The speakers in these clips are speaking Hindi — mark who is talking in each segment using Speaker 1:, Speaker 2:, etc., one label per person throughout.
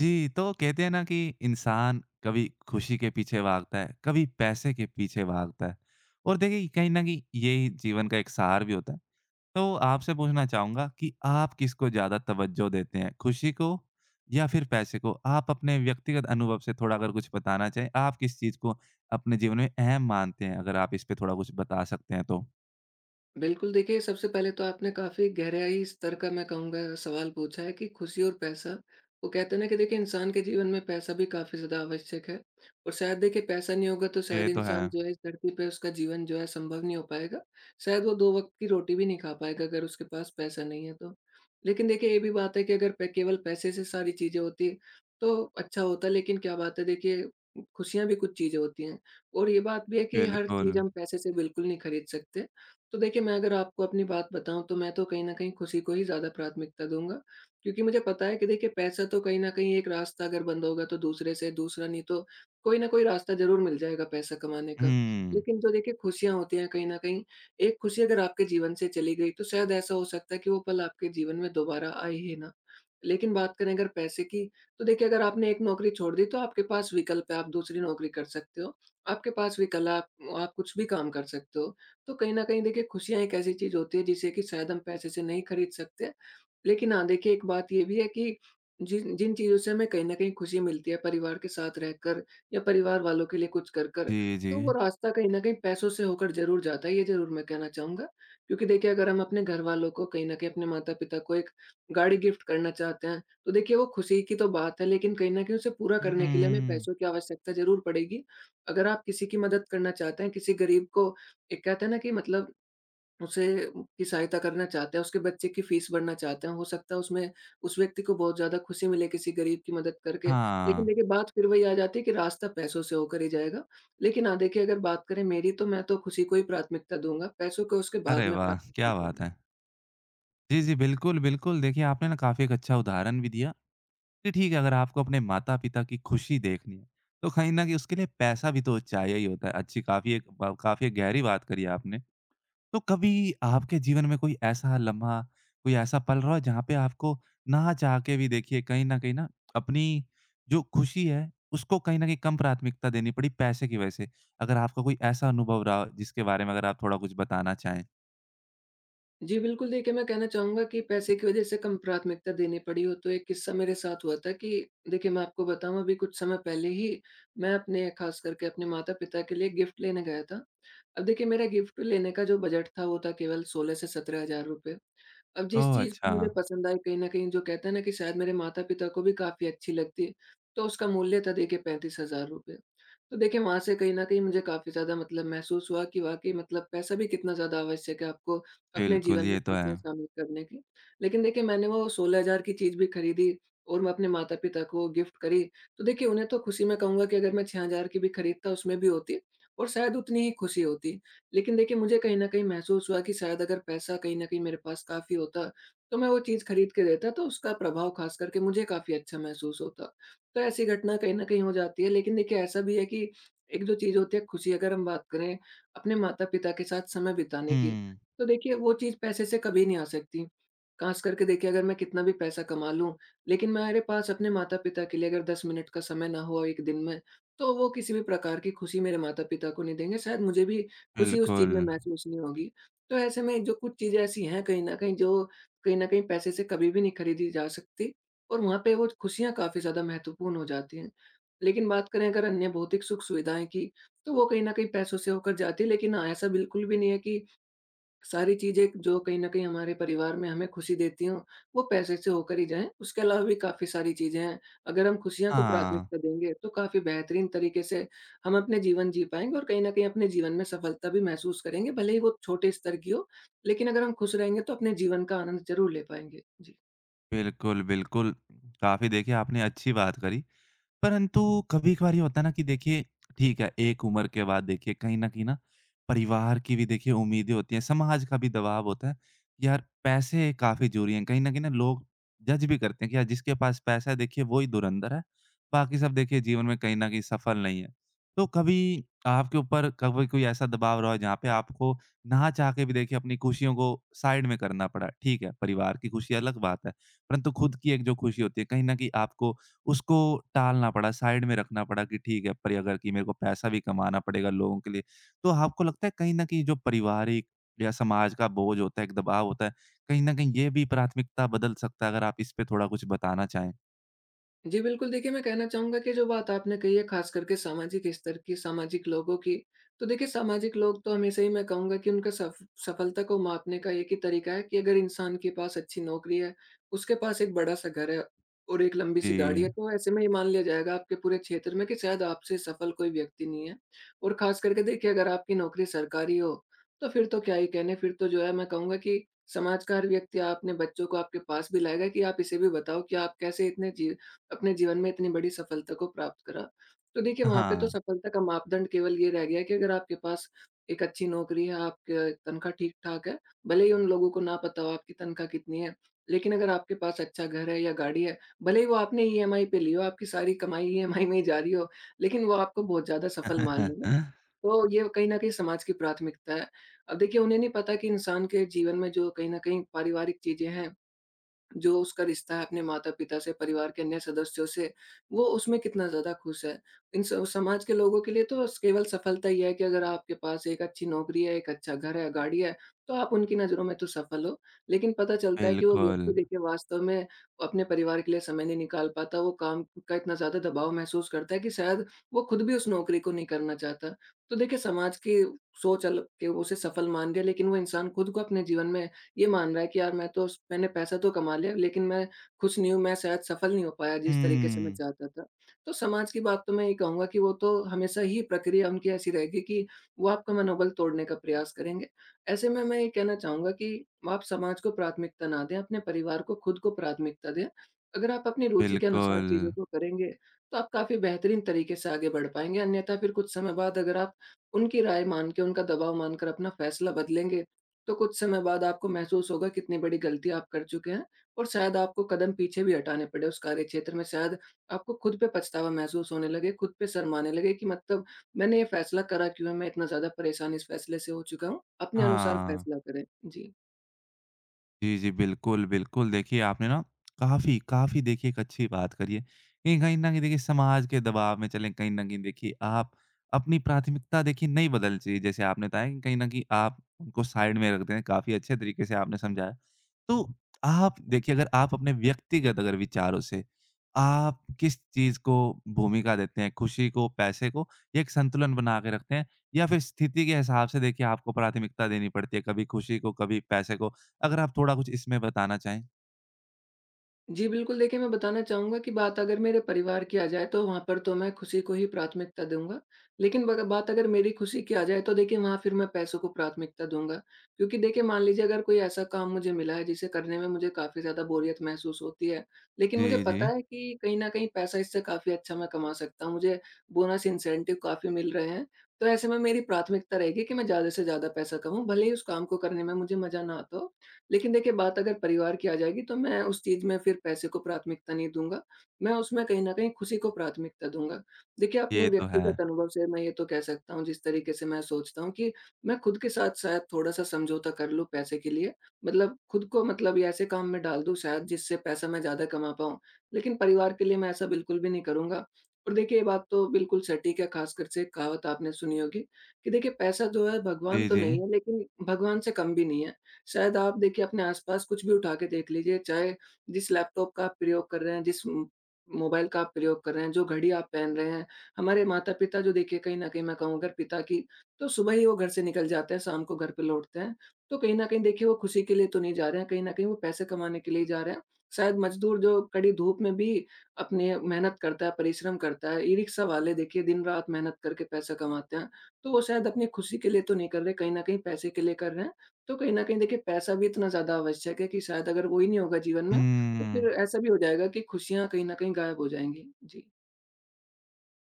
Speaker 1: जी, तो कहते हैं ना कि इंसान कभी खुशी के पीछे भागता है, कभी पैसे के पीछे भागता है और देखिए कहीं न कहीं यही जीवन का एक सार भी होता है। तो आपसे पूछना चाहूँगा कि आप किसको ज़्यादा तवज्जो देते हैं, खुशी को या फिर पैसे को? आप अपने व्यक्तिगत अनुभव से थोड़ा अगर कुछ बताना चाहें, आप किस चीज़ को अपने जीवन में अहम मानते हैं? अगर आप इस पे थोड़ा कुछ बता सकते हैं तो।
Speaker 2: बिल्कुल, देखिए सबसे पहले तो आपने काफ़ी गहराई स्तर का मैं कहूँगा सवाल पूछा है कि खुशी और पैसा, वो कहते हैं ना कि देखिए इंसान के जीवन में पैसा भी काफ़ी ज़्यादा आवश्यक है और शायद देखिए पैसा नहीं होगा तो
Speaker 1: ये
Speaker 2: शायद
Speaker 1: तो है,
Speaker 2: इंसान जो है इस धरती पे उसका जीवन जो है संभव नहीं हो पाएगा। शायद वो 2 वक़्त की रोटी भी नहीं खा पाएगा अगर उसके पास पैसा नहीं है तो। लेकिन देखिए ये भी बात है कि अगर पे केवल पैसे से सारी चीज़ें होती तो अच्छा होता, लेकिन क्या बात है देखिए, खुशियाँ भी कुछ चीज़ें होती हैं और ये बात भी है कि हर
Speaker 1: बिल्कुल।
Speaker 2: चीज़ हम पैसे से बिल्कुल नहीं खरीद सकते। तो देखिए, मैं अगर आपको अपनी बात बताऊँ तो मैं तो कहीं न कहीं खुशी को ही ज़्यादा प्राथमिकता दूँगा, क्योंकि मुझे पता है कि देखिए पैसा तो कहीं न कहीं एक रास्ता अगर बंद होगा तो दूसरे से दूसरा, नहीं तो कोई न कोई रास्ता ज़रूर मिल जाएगा पैसा कमाने का।
Speaker 1: हुँ।
Speaker 2: लेकिन जो देखिए खुशियाँ होती हैं कहीं न कहीं, एक खुशी अगर आपके जीवन से चली गई तो शायद ऐसा हो सकता है कि वो पल आपके जीवन में दोबारा आए ही ना। लेकिन बात करें अगर पैसे की, तो देखिए अगर आपने एक नौकरी छोड़ दी तो आपके पास विकल्प है, आप दूसरी नौकरी कर सकते हो। आपके पास भी कला, आप कुछ भी काम कर सकते हो। तो कहीं न कहीं देखिए खुशियाँ एक ऐसी चीज़ होती है जिसे कि शायद हम पैसे से नहीं खरीद सकते। लेकिन हाँ, देखिए एक बात ये भी है कि जिन जिन चीज़ों से हमें कहीं न कहीं खुशी मिलती है परिवार के साथ रहकर या परिवार वालों के लिए कुछ कर कर,
Speaker 1: जी, जी।
Speaker 2: तो वो रास्ता कहीं न कहीं पैसों से होकर ज़रूर जाता है, ये ज़रूर मैं कहना चाहूँगा। क्योंकि देखिए अगर हम अपने घरवालों को, कहीं न कहीं अपने माता-पिता को एक गाड़ी गिफ्ट करना चाहते हैं, तो देखिए वो खुशी की तो बात है, लेकिन कहीं न कहीं उसे पूरा करने के लिए हमें
Speaker 1: हुँ।
Speaker 2: पैसों की आवश्यकता ज़रूर पड़ेगी। अगर आप किसी की मदद करना चाहते हैं, किसी गरीब को, एक कहते हैं ना कि मतलब उसे की सहायता करना चाहते हैं, उसके बच्चे की फीस भरना चाहते हैं, हो सकता है उसमें उस व्यक्ति को बहुत ज़्यादा खुशी मिले किसी गरीब की मदद करके। लेकिन
Speaker 1: हाँ।
Speaker 2: देखिए बात फिर वही आ जाती है कि रास्ता पैसों से होकर ही जाएगा। लेकिन हाँ, देखिए अगर बात करें मेरी, तो मैं तो खुशी को ही प्राथमिकता दूँगा, पैसों को उसके बाद
Speaker 1: अरे
Speaker 2: मैं
Speaker 1: वाह!
Speaker 2: प्राथमिकता
Speaker 1: क्या बात
Speaker 2: दूँगा।
Speaker 1: है। जी, जी। बिल्कुल, बिल्कुल। देखिए, आपने ना काफ़ी एक अच्छा उदाहरण भी दिया कि ठीक है, अगर आपको अपने माता-पिता की खुशी देखनी है, तो कहीं न कहीं उसके लिए पैसा भी तो चाहिए ही होता है। अच्छी काफ़ी एक ब काफ़ी गहरी बात करी आपने। तो कभी आपके जीवन में कोई ऐसा लम्हा, कोई ऐसा पल रहा हो जहाँ पे आपको ना चाह के भी देखिए कहीं न अपनी जो खुशी है, उसको कहीं न कहीं कम प्राथमिकता देनी पड़ी पैसे की वजह से? अगर आपका कोई ऐसा अनुभव रहा हो जिसके बारे में अगर आप थोड़ा कुछ बताना चाहें?
Speaker 2: जी बिल्कुल, देखिए मैं कहना चाहूँगा कि पैसे की वज़ह से कम प्राथमिकता देनी पड़ी हो, तो एक किस्सा मेरे साथ हुआ था कि देखिए मैं आपको बताऊँ, अभी कुछ समय पहले ही मैं अपने, ख़ास करके अपने माता-पिता के लिए गिफ्ट लेने गया था। अब देखिए मेरा गिफ्ट लेने का जो बजट था वो था केवल 16 से 17 हज़ार रुपए। अब जिस
Speaker 1: ओह!
Speaker 2: चीज़
Speaker 1: अच्छा।
Speaker 2: मुझे पसंद आई, कहीं न कहीं जो कहते हैं ना कि शायद मेरे माता-पिता को भी काफ़ी अच्छी लगती है, तो उसका मूल्य था देखिए 35,000 रुपए। तो देखिए वहाँ से कहीं न कहीं मुझे काफ़ी ज़्यादा मतलब महसूस हुआ कि वाक़ई मतलब पैसा भी कितना ज़्यादा आवश्यक है आपको अपने
Speaker 1: बिल्कुल,
Speaker 2: जीवन में
Speaker 1: ये तो है।
Speaker 2: खुशियाँ शामिल करने की। लेकिन देखिए मैंने वो 16 हज़ार की चीज़ भी खरीदी और मैं अपने माता-पिता को गिफ्ट करी, तो देखिए उन्हें तो खुशी, मैं कहूँगा कि अगर मैं 6 हज़ार की भी खरीदता उसमें भी होती और शायद उतनी ही खुशी होती। लेकिन देखिए मुझे कहीं न कहीं महसूस हुआ कि शायद अगर पैसा कहीं न कहीं मेरे पास काफ़ी होता, तो मैं वो चीज़ खरीद के देता तो उसका प्रभाव, ख़ास करके मुझे काफ़ी अच्छा महसूस होता। तो ऐसी घटना कहीं न कहीं हो जाती है, लेकिन देखिए ऐसा भी है कि एक जो चीज़ होती है खुशी, अगर हम बात करें अपने माता-पिता के साथ समय बिताने की,
Speaker 1: हुँ।
Speaker 2: तो देखिए वो चीज़ पैसे से कभी नहीं आ सकती। ख़ास करके देखिए अगर मैं कितना भी पैसा कमा लूँ, लेकिन मेरे पास अपने माता-पिता के लिए अगर 10 मिनट का समय ना हो 1 दिन में, तो वो किसी भी प्रकार की खुशी मेरे माता-पिता को नहीं देंगे। शायद मुझे भी खुशी उस
Speaker 1: बिल्कुल।
Speaker 2: चीज़ में महसूस नहीं होगी। तो ऐसे में जो कुछ चीज़ें ऐसी हैं कहीं न कहीं, जो कहीं न कहीं पैसे से कभी भी नहीं खरीदी जा सकती और वहाँ पे वो खुशियाँ काफ़ी ज़्यादा महत्वपूर्ण हो जाती हैं। लेकिन बात करें अगर अन्य भौतिक सुख-सुविधाएँ की, तो वो कहीं न कहीं पैसों से होकर जाती है, लेकिन हाँ, ऐसा बिल्कुल भी नहीं है कि सारी चीज़ें जो कहीं न कहीं हमारे परिवार में हमें खुशी देती हों, वो पैसे से होकर ही जाएँ। उसके अलावा भी काफ़ी सारी चीज़ें हैं, अगर हम खुशियाँ को
Speaker 1: हाँ।
Speaker 2: प्राथमिकता देंगे, तो काफ़ी बेहतरीन तरीके से हम अपने जीवन जी पाएँगे और कहीं न कहीं अपने जीवन में सफलता भी महसूस करेंगे, भले ही वो छोटे स्तर की हो। लेकिन अगर हम खुश रहेंगे, तो अपने जीवन का आनंद ज़रूर ले पाएँगे। जी।
Speaker 1: बिल्कुल, बिल्कुल। काफ़ी देखिए आपने अच्छी बात करी। परंतु कभी-कभार ये होता है ना कि देखिए ठीक है, एक उम्र के बाद देखिए कहीं न कहीं ना परिवार की भी देखिए उम्मीदें होती हैं, समाज का भी दबाव होता है। यार पैसे काफ़ी ज़रूरी हैं, कहीं न कहीं ना लोग जज भी करते हैं कि यार जिसके पास पैसा है देखिए वो ही धुरंधर है, बाकी सब देखिए जीवन में कहीं न कहीं सफल नहीं है। तो कभी आपके ऊपर कभी कोई ऐसा दबाव रहा हो जहाँ पे आपको ना चाह के भी देखिए अपनी खुशियों को साइड में करना पड़ा? ठीक है, परिवार की खुशी अलग बात है, परंतु खुद की एक जो खुशी होती है कहीं न कहीं आपको उसको टालना पड़ा, साइड में रखना पड़ा कि ठीक है, अगर कि मेरे को पैसा भी कमाना पड़ेगा लोगों के लिए। तो आपको लगता है कहीं न कहीं जो पारिवारिक या समाज का बोझ होता है, एक दबाव होता है, कहीं न कहीं ये भी प्राथमिकता बदल सकता है? अगर आप इस पे थोड़ा कुछ बताना चाहें।
Speaker 2: जी, बिल्कुल देखिए, मैं कहना चाहूँगा कि जो बात आपने कही है ख़ास करके सामाजिक स्तर की, सामाजिक लोगों की, तो देखिए सामाजिक लोग तो हमेशा ही, मैं कहूँगा कि उनका सफ सफलता को मापने का एक ही तरीका है कि अगर इंसान के पास अच्छी नौकरी है, उसके पास एक बड़ा-सा घर है और एक लंबी-सी गाड़ी है,
Speaker 1: जी।
Speaker 2: तो ऐसे में ये मान लिया जाएगा आपके पूरे क्षेत्र में कि शायद आपसे सफल कोई व्यक्ति नहीं है। और ख़ास करके देखिए अगर आपकी नौकरी सरकारी हो, तो फिर तो क्या ही कहने, फिर तो जो है मैं कहूँगा कि समाज का हर व्यक्ति आपने बच्चों को आपके पास भी लाएगा कि आप इसे भी बताओ कि आप कैसे इतने जी, अपने जीवन में इतनी बड़ी सफलता को प्राप्त करा। तो देखिए वहाँ पे तो
Speaker 1: हाँ।
Speaker 2: सफलता का मापदंड केवल ये रह गया कि अगर आपके पास एक अच्छी नौकरी है, आपकी तनख्वाह ठीक-ठाक है, भले ही उन लोगों को ना पता हो आपकी तनख्वाह कितनी है, लेकिन अगर आपके पास अच्छा घर है या गाड़ी है, भले ही वो आपने ईएमआई पे ली हो, आपकी सारी कमाई ईएमआई में ही जा रही हो, लेकिन वो आपको बहुत ज़्यादा सफल मान लेंगे। तो ये कहीं न कहीं समाज की प्राथमिकता है। अब देखिए उन्हें नहीं पता कि इंसान के जीवन में जो कहीं न कहीं पारिवारिक चीज़ें हैं, जो उसका रिश्ता है अपने माता-पिता से, परिवार के अन्य सदस्यों से, वो उसमें कितना ज़्यादा खुश है। इन स समाज के लोगों के लिए तो स केवल सफलता ही है कि अगर आपके पास एक अच्छी नौकरी है, एक अच्छा घर है, गाड़ी है, तो आप उनकी नज़रों में तो सफल हो। लेकिन पता चलता है कि वो
Speaker 1: बिल्कुल।
Speaker 2: व्यक्ति देखिए वास्तव में अपने परिवार के लिए समय नहीं निकाल पाता, वो काम का इतना ज़्यादा दबाव महसूस करता है कि शायद वो खुद भी उस नौकरी को नहीं करना चाहता। तो देखिए समाज की सोच अल के उसे सफल मान रही है, लेकिन वो इंसान खुद को अपने जीवन में ये मान रहा है कि यार मैंने पैसा तो कमा लिया लेकिन मैं खुश नहीं हूँ, मैं शायद सफल नहीं हो पाया जिस तरीके से मैं
Speaker 1: हुँ,
Speaker 2: चाहता था। तो समाज की बात तो मैं ये कहूँगा कि वो तो हमेशा ही, प्रक्रिया उनकी ऐसी रहेगी कि वो आपका मनोबल तोड़ने का प्रयास करेंगे। ऐसे में मैं ये कहना चाहूँगा कि आप समाज को प्राथमिकता ना दें, अपने परिवार को, खुद को प्राथमिकता दें। अगर आप अपनी रुचि के अनुसार
Speaker 1: बिल्कुल।
Speaker 2: चीज़ों को करेंगे, तो आप काफ़ी बेहतरीन तरीके से आगे बढ़ पाएँगे। अन्यथा फिर कुछ समय बाद अगर आप उनकी राय मान के, उनका दबाव मानकर अपना फैसला बदलेंगे, तो कुछ समय बाद आपको महसूस होगा कितनी बड़ी गलती आप कर चुके हैं और शायद आपको कदम पीछे भी हटाने पड़े उस कार्यक्षेत्र में। शायद आपको खुद पे पछतावा महसूस होने लगे, खुद पे शर्माने लगे कि मतलब मैंने ये फ़ैसला करा क्यों है? मैं इतना ज़्यादा परेशान इस फ़ैसले से हो चुका हूँ। अपने अनुसार
Speaker 1: हाँ।
Speaker 2: फ़ैसला करें। जी।
Speaker 1: जी, जी। बिल्कुल, बिल्कुल। देखिए, आपने ना काफ़ी देखिए एक अच्छी बात करी है कि कहीं न कहीं देखिए समाज के दबाव में चलें, कहीं न कहीं देखिए आप अपनी प्राथमिकता देखिए नहीं बदलनी चाहिए। जैसे आपने बताया कि कहीं न कहीं आप उनको साइड में रख दें, काफ़ी अच्छे तरीके से आपने समझाया। तो आप देखिए अगर आप अपने व्यक्तिगत अगर विचारों से, आप किस चीज़ को भूमिका देते हैं? खुशी को, पैसे को या एक संतुलन बना के रखते हैं? या फिर स्थिति के हिसाब से देखिए आपको प्राथमिकता देनी पड़ती है, कभी खुशी को, कभी पैसे को? अगर आप थोड़ा कुछ इसमें बताना चाहें?
Speaker 2: जी, बिल्कुल देखिए, मैं बताना चाहूँगा कि बात अगर मेरे परिवार की आ जाए तो वहाँ पर तो मैं खुशी को ही प्राथमिकता दूँगा। लेकिन बग बात अगर मेरी खुशी की आ जाए तो देखिए वहाँ फिर मैं पैसों को प्राथमिकता दूँगा। क्योंकि देखिए मान लीजिए अगर कोई ऐसा काम मुझे मिला है जिसे करने में मुझे काफ़ी ज़्यादा बोरियत महसूस होती है। लेकिन
Speaker 1: जी,
Speaker 2: मुझे
Speaker 1: जी।
Speaker 2: पता है कि कहीं न कहीं पैसा इससे काफ़ी अच्छा मैं कमा सकता हूँ, मुझे बोनस इंसेंटिव काफ़ी मिल रहे हैं। तो ऐसे में मेरी प्राथमिकता रहेगी कि मैं ज़्यादा से ज़्यादा पैसा कमाऊँ, भले ही उस काम को करने में मुझे मज़ा ना आता हो। लेकिन देखिए बात अगर परिवार की आ जाएगी तो मैं उस चीज़ में फिर पैसे को प्राथमिकता नहीं दूँगा, मैं उसमें कहीं न कहीं खुशी को प्राथमिकता दूँगा। देखिए अपने
Speaker 1: ये तो है।
Speaker 2: व्यक्तिगत अनुभव से मैं ये तो कह सकता हूँ जिस तरीके से मैं सोचता हूँ कि मैं खुद के साथ शायद थोड़ा-सा समझौता कर लूँ पैसे के लिए, मतलब खुद को मतलब ये ऐसे काम में डाल दूँ शायद जिससे पैसा मैं ज़्यादा कमा पाऊँ, लेकिन परिवार के लिए मैं ऐसा बिल्कुल भी नहीं करूँगा। और देखिए ये बात तो बिल्कुल सटीक है। ख़ासकर से एक कहावत आपने सुनी होगी कि देखिए पैसा जो है भगवान
Speaker 1: जी,
Speaker 2: तो
Speaker 1: जी।
Speaker 2: नहीं है लेकिन भगवान से कम भी नहीं है। शायद आप देखिए अपने आसपास कुछ भी उठा के देख लीजिए, चाहे जिस लैपटॉप का आप प्रयोग कर रहे हैं, जिस म मोबाइल का आप प्रयोग कर रहे हैं, जो घड़ी आप पहन रहे हैं। हमारे माता-पिता जो देखिए कहीं न कहीं मैं कहूँ अगर पिता की तो सुबह ही वो घर से निकल जाते हैं, शाम को घर पे लौटते हैं। तो कहीं न कहीं देखिए वो खुशी के लिए तो नहीं जा रहे हैं, कहीं न कहीं वो पैसे कमाने के लिए ही जा रहे हैं। शायद मज़दूर जो कड़ी धूप में भी अपने मेहनत करता है, परिश्रम करता है, ई-रिक्शा वाले देखिए दिन-रात मेहनत करके पैसा कमाते हैं। तो वो शायद अपनी खुशी के लिए तो नहीं कर रहे, कहीं न कहीं पैसे के लिए कर रहे हैं। तो कहीं न कहीं देखिए पैसा भी इतना ज़्यादा आवश्यक है कि शायद अगर वो ही नहीं होगा जीवन में, तो
Speaker 1: हुँ।
Speaker 2: फिर ऐसा भी हो जाएगा कि खुशियाँ कहीं न कहीं गायब हो जाएँगी। जी।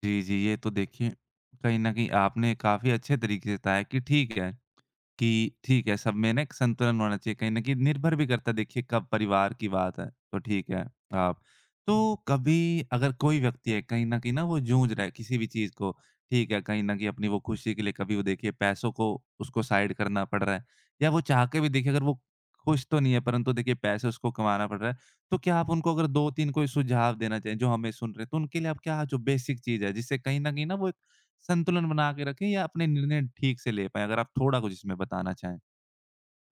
Speaker 1: जी, जी। ये तो देखिए, कहीं न कहीं आपने काफ़ी अच्छे तरीके से बताया कि ठीक है, सब में ना एक संतुलन होना चाहिए, कहीं न कहीं निर्भर भी करता है देखिए कब परिवार की बात है, तो ठीक है आप तो कभी अगर कोई व्यक्ति है कहीं न कहीं ना वो जूझ रहा है किसी भी चीज़ को, ठीक है, कहीं न कहीं अपनी वो खुशी के लिए कभी वो देखिए पैसों को उसको साइड करना पड़ रहा है या वो चाह के भी देखिए अगर वो खुश तो नहीं है परंतु देखिए पैसे उसको कमाना पड़ रहा है, तो क्या आप उनको अगर 2-3 कोई सुझाव देना चाहें जो हमें सुन रहे हैं, तो उनके लिए आप क्या जो बेसिक चीज़ है जिससे कहीं न कहीं ना वो संतुलन बना के रखें या अपने निर्णय ठीक से ले पाएँ? अगर आप थोड़ा कुछ इसमें बताना चाहें।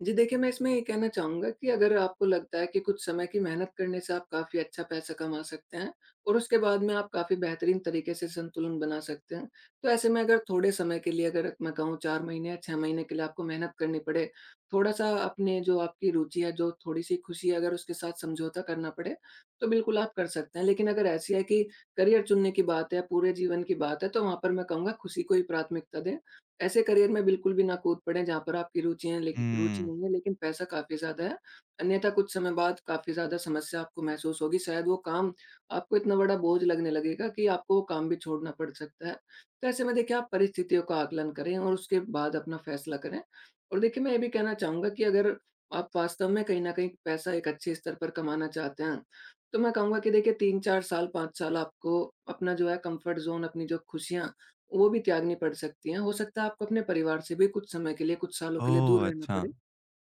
Speaker 2: जी, देखिए मैं इसमें ये कहना चाहूँगा कि अगर आपको लगता है कि कुछ समय की मेहनत करने से आप काफ़ी अच्छा पैसा कमा सकते हैं और उसके बाद में आप काफ़ी बेहतरीन तरीके से संतुलन बना सकते हैं। तो ऐसे में अगर थोड़े समय के लिए अगर मैं कहूँ 4 महीने या 6 महीने के लिए आपको मेहनत करनी पड़े, थोड़ा-सा अपने जो आपकी रुचि है, जो थोड़ी-सी खुशी है अगर उसके साथ समझौता करना पड़े, तो बिल्कुल आप कर सकते हैं। लेकिन अगर ऐसी है कि करियर चुनने की बात है, पूरे जीवन की बात है, तो वहाँ पर मैं कहूँगा खुशी को ही प्राथमिकता दें। ऐसे करियर में बिल्कुल भी ना कूद पड़े जहाँ पर आपकी रुचि
Speaker 1: हुँ।
Speaker 2: नहीं है लेकिन पैसा काफ़ी ज़्यादा है। अन्यथा कुछ समय बाद काफ़ी ज़्यादा समस्या आपको महसूस होगी। शायद वो काम आपको इतना बड़ा बोझ लगने लगेगा कि आपको वो काम भी छोड़ना पड़ सकता है। तो ऐसे में देखिए आप परिस्थितियों का आकलन करें और उसके बाद अपना फैसला करें। और देखिए मैं ये भी कहना चाहूँगा कि अगर आप वास्तव में कहीं न कहीं पैसा एक अच्छे स्तर पर कमाना चाहते हैं, तो मैं कहूँगा कि देखिए 3-4 साल, 5 साल आपको अपना जो है कम्फ़र्ट ज़ोन, अपनी जो खुशियाँ वो भी त्यागनी पड़ सकती हैं। हो सकता है आपको अपने परिवार से भी कुछ समय के लिए, कुछ सालों के लिए दूर
Speaker 1: ओह!
Speaker 2: रहना
Speaker 1: अच्छा।
Speaker 2: पड़े।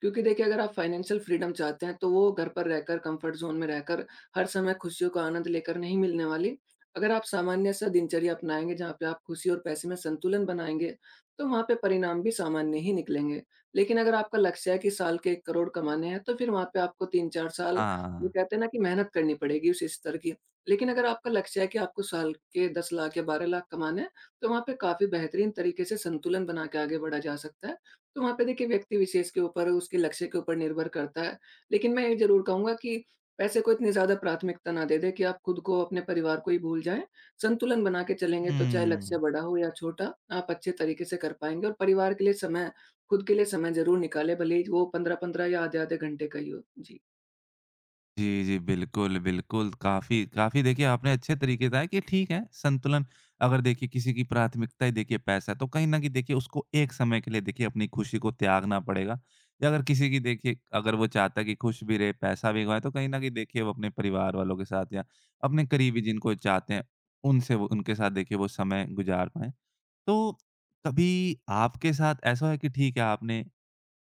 Speaker 2: क्योंकि देखिए अगर आप फाइनेंशियल फ्रीडम चाहते हैं, तो वो घर पर रहकर, कंफर्ट ज़ोन में रहकर, हर समय खुशियों का आनंद लेकर नहीं मिलने वाली। अगर आप सामान्य सा दिनचर्या अपनाएँगे जहाँ पे आप खुशी और पैसे में संतुलन बनाएँगे, तो वहाँ पे परिणाम भी सामान्य ही निकलेंगे। लेकिन अगर आपका लक्ष्य है कि साल के 1 करोड़ कमाने हैं, तो फिर वहाँ पे आपको 3-4 साल, वो
Speaker 1: हाँ।
Speaker 2: कहते हैं ना, कि मेहनत करनी पड़ेगी उस स्तर की। लेकिन अगर आपका लक्ष्य है कि आपको साल के 10 लाख या 12 लाख कमाने हैं, तो वहाँ पे काफ़ी बेहतरीन तरीके से संतुलन बना के आगे बढ़ा जा सकता है। तो वहाँ पे देखिए व्यक्ति विशेष के ऊपर, उसके लक्ष्य के ऊपर निर्भर करता है। लेकिन मैं ये ज़रूर कहूँगा कि पैसे को इतनी ज़्यादा प्राथमिकता ना दे दें कि आप खुद को, अपने परिवार को ही भूल जाएँ। संतुलन बना के चलेंगे तो चाहे लक्ष्य
Speaker 1: हुँ।
Speaker 2: बड़ा हो या छोटा, आप अच्छे तरीके से कर पाएँगे और परिवार के लिए समय, खुद के लिए समय ज़रूर निकालें, भले ही वो 15-15 या आधे-आधे घंटे का ही हो। जी।
Speaker 1: जी, जी। बिल्कुल, बिल्कुल। काफ़ी काफ़ी देखिए आपने अच्छे तरीके बताया कि ठीक है, संतुलन अगर देखिए किसी की प्राथमिकता ही देखिए पैसा है, तो कहीं न कहीं देखिए उसको एक समय के लिए देखिए अपनी खुशी को त्यागना पड़ेगा। या अगर किसी की देखिए अगर वो चाहता है कि खुश भी रहे, पैसा भी कमाए, तो कहीं न कहीं देखिए वो अपने परिवार वालों के साथ या अपने करीबी जिनको चाहते हैं, उनसे वो उनके साथ देखिए वो समय गुज़ार पाएँ। तो कभी आपके साथ ऐसा है कि ठीक है आपने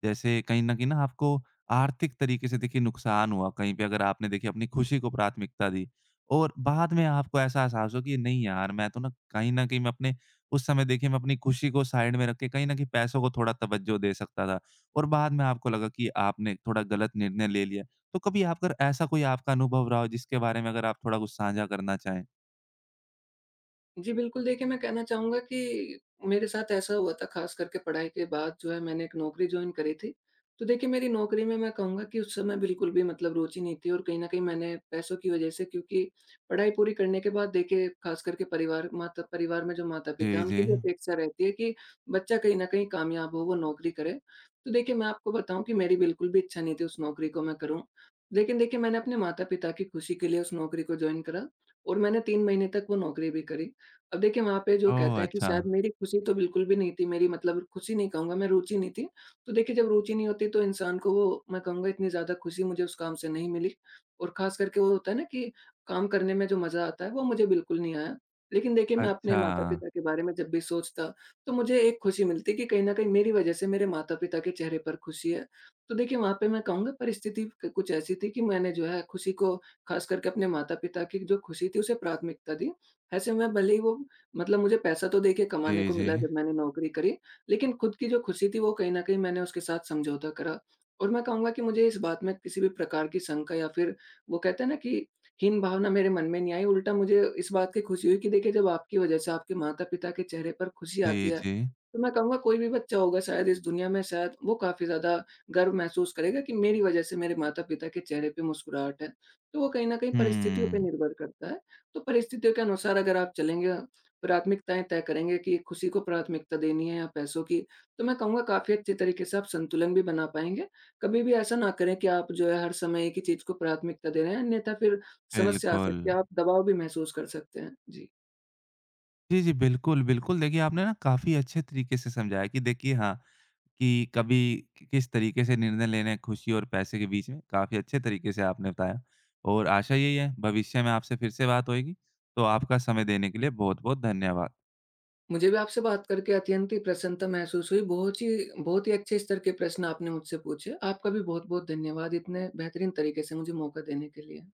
Speaker 1: जैसे कहीं न कहीं ना आपको आर्थिक तरीके से देखिए नुकसान हुआ कहीं पे अगर आपने देखिए अपनी खुशी को प्राथमिकता दी और बाद में आपको ऐसा एहसास हो कि नहीं यार मैं तो ना कहीं न कहीं मैं अपने उस समय देखिए मैं अपनी खुशी को साइड में रख के कहीं न कहीं पैसों को थोड़ा तवज्जो दे सकता था और बाद में आपको लगा कि आपने थोड़ा गलत निर्णय ले लिया। तो कभी आप अगर ऐसा कोई आपका अनुभव रहा हो जिसके बारे में अगर आप थोड़ा कुछ साझा करना चाहें?
Speaker 2: जी, बिल्कुल देखिए, मैं कहना चाहूँगा कि मेरे साथ ऐसा हुआ था। ख़ास करके पढ़ाई के बाद जो है मैंने एक नौकरी जॉइन करी थी। तो देखिए मेरी नौकरी में मैं कहूँगा कि उस समय बिल्कुल भी मतलब रुचि नहीं थी, और कहीं न कहीं मैंने पैसों की वज़ह से, क्योंकि पढ़ाई पूरी करने के बाद देखिए ख़ास करके परिवार में जो माता-पिता
Speaker 1: जी,
Speaker 2: हैं
Speaker 1: जी।
Speaker 2: उनकी भी अपेक्षा रहती है कि बच्चा कहीं न कहीं कामयाब हो, वो नौकरी करे। तो देखिए मैं आपको बताऊँ कि मेरी बिल्कुल भी इच्छा नहीं थी उस नौकरी को मैं करूँ। लेकिन देखिए मैंने अपने माता-पिता की खुशी के लिए उस नौकरी को जॉइन करा, और मैंने 3 महीने तक वो नौकरी भी करी। अब देखिए, वहाँ पे जो कहता
Speaker 1: ओह!
Speaker 2: है कि
Speaker 1: अच्छा।
Speaker 2: शायद मेरी खुशी तो बिल्कुल भी नहीं थी, मेरी मतलब खुशी नहीं कहूँगा मैं, रुचि नहीं थी। तो देखिए, जब रुचि नहीं होती तो इंसान को वो, मैं कहूँगा, इतनी ज़्यादा खुशी मुझे उस काम से नहीं मिली, और ख़ास करके वो होता है ना कि काम करने में जो मज़ा आता है, वो मुझे बिल्कुल नहीं आया। लेकिन देखिए, मैं अपने
Speaker 1: अच्छा।
Speaker 2: माता-पिता के बारे में जब भी सोचता, तो मुझे एक खुशी मिलती कि कहीं न कहीं मेरी वज़ह से मेरे माता-पिता के चेहरे पर खुशी है। तो देखिए, वहाँ पे मैं कहूँगा परिस्थिति क कुछ ऐसी थी कि मैंने जो है खुशी को, ख़ास करके अपने माता-पिता की जो खुशी थी, उसे प्राथमिकता दी। ऐसे में भले ही वो, मतलब, मुझे पैसा तो देखिए कमाने
Speaker 1: जी,
Speaker 2: को
Speaker 1: जी।
Speaker 2: मिला जब मैंने नौकरी करी, लेकिन खुद की जो खुशी थी वो कहीं न कहीं मैंने उसके साथ समझौता करा। और मैं कहूँगा कि मुझे इस बात में किसी भी प्रकार की शंका या फिर, वो कहते हैं ना कि, हीन भावना मेरे मन में नहीं आई। उल्टा मुझे इस बात की खुशी हुई कि देखिए जब आपकी वजह से आपके माता-पिता के चेहरे पर खुशी आती
Speaker 1: जी,
Speaker 2: है,
Speaker 1: जी।
Speaker 2: तो मैं कहूँगा कोई भी बच्चा होगा शायद इस दुनिया में, शायद वो काफ़ी ज़्यादा गर्व महसूस करेगा कि मेरी वजह से मेरे माता-पिता के चेहरे पे मुस्कुराहट है। तो वो कहीं न कहीं परिस्थितियों पे
Speaker 1: हुँ,
Speaker 2: निर्भर करता है। तो परिस्थितियों के अनुसार अगर आप चलेंगे, प्राथमिकताएँ तय करेंगे कि खुशी को प्राथमिकता देनी है या पैसों की, तो मैं कहूँगा काफ़ी अच्छे तरीके से आप संतुलन भी बना पाएँगे। कभी भी ऐसा ना करें कि आप जो है हर समय एक ही चीज़ को प्राथमिकता दे रहे हैं, अन्यथा फिर समस्या आ
Speaker 1: बिल्कुल।
Speaker 2: सकती है, आप दबाव भी महसूस कर सकते हैं। जी।
Speaker 1: जी, जी, बिल्कुल, बिल्कुल। देखिए, आपने ना काफ़ी अच्छे तरीके से समझाया कि देखिए हाँ, कि कभी कि किस तरीके से निर्णय लेने हैं खुशी और पैसे के बीच में। काफ़ी अच्छे तरीके से आपने बताया और आशा यही है भविष्य में आपसे फिर से बात होएगी। तो आपका समय देने के लिए बहुत-बहुत धन्यवाद।
Speaker 2: मुझे भी आपसे बात करके अत्यंत ही प्रसन्नता महसूस हुई, बहुत ही, बहुत ही अच्छे स्तर के प्रश्न आपने मुझसे पूछे। आपका भी बहुत-बहुत धन्यवाद इतने बेहतरीन तरीके से मुझे मौका देने के लिए।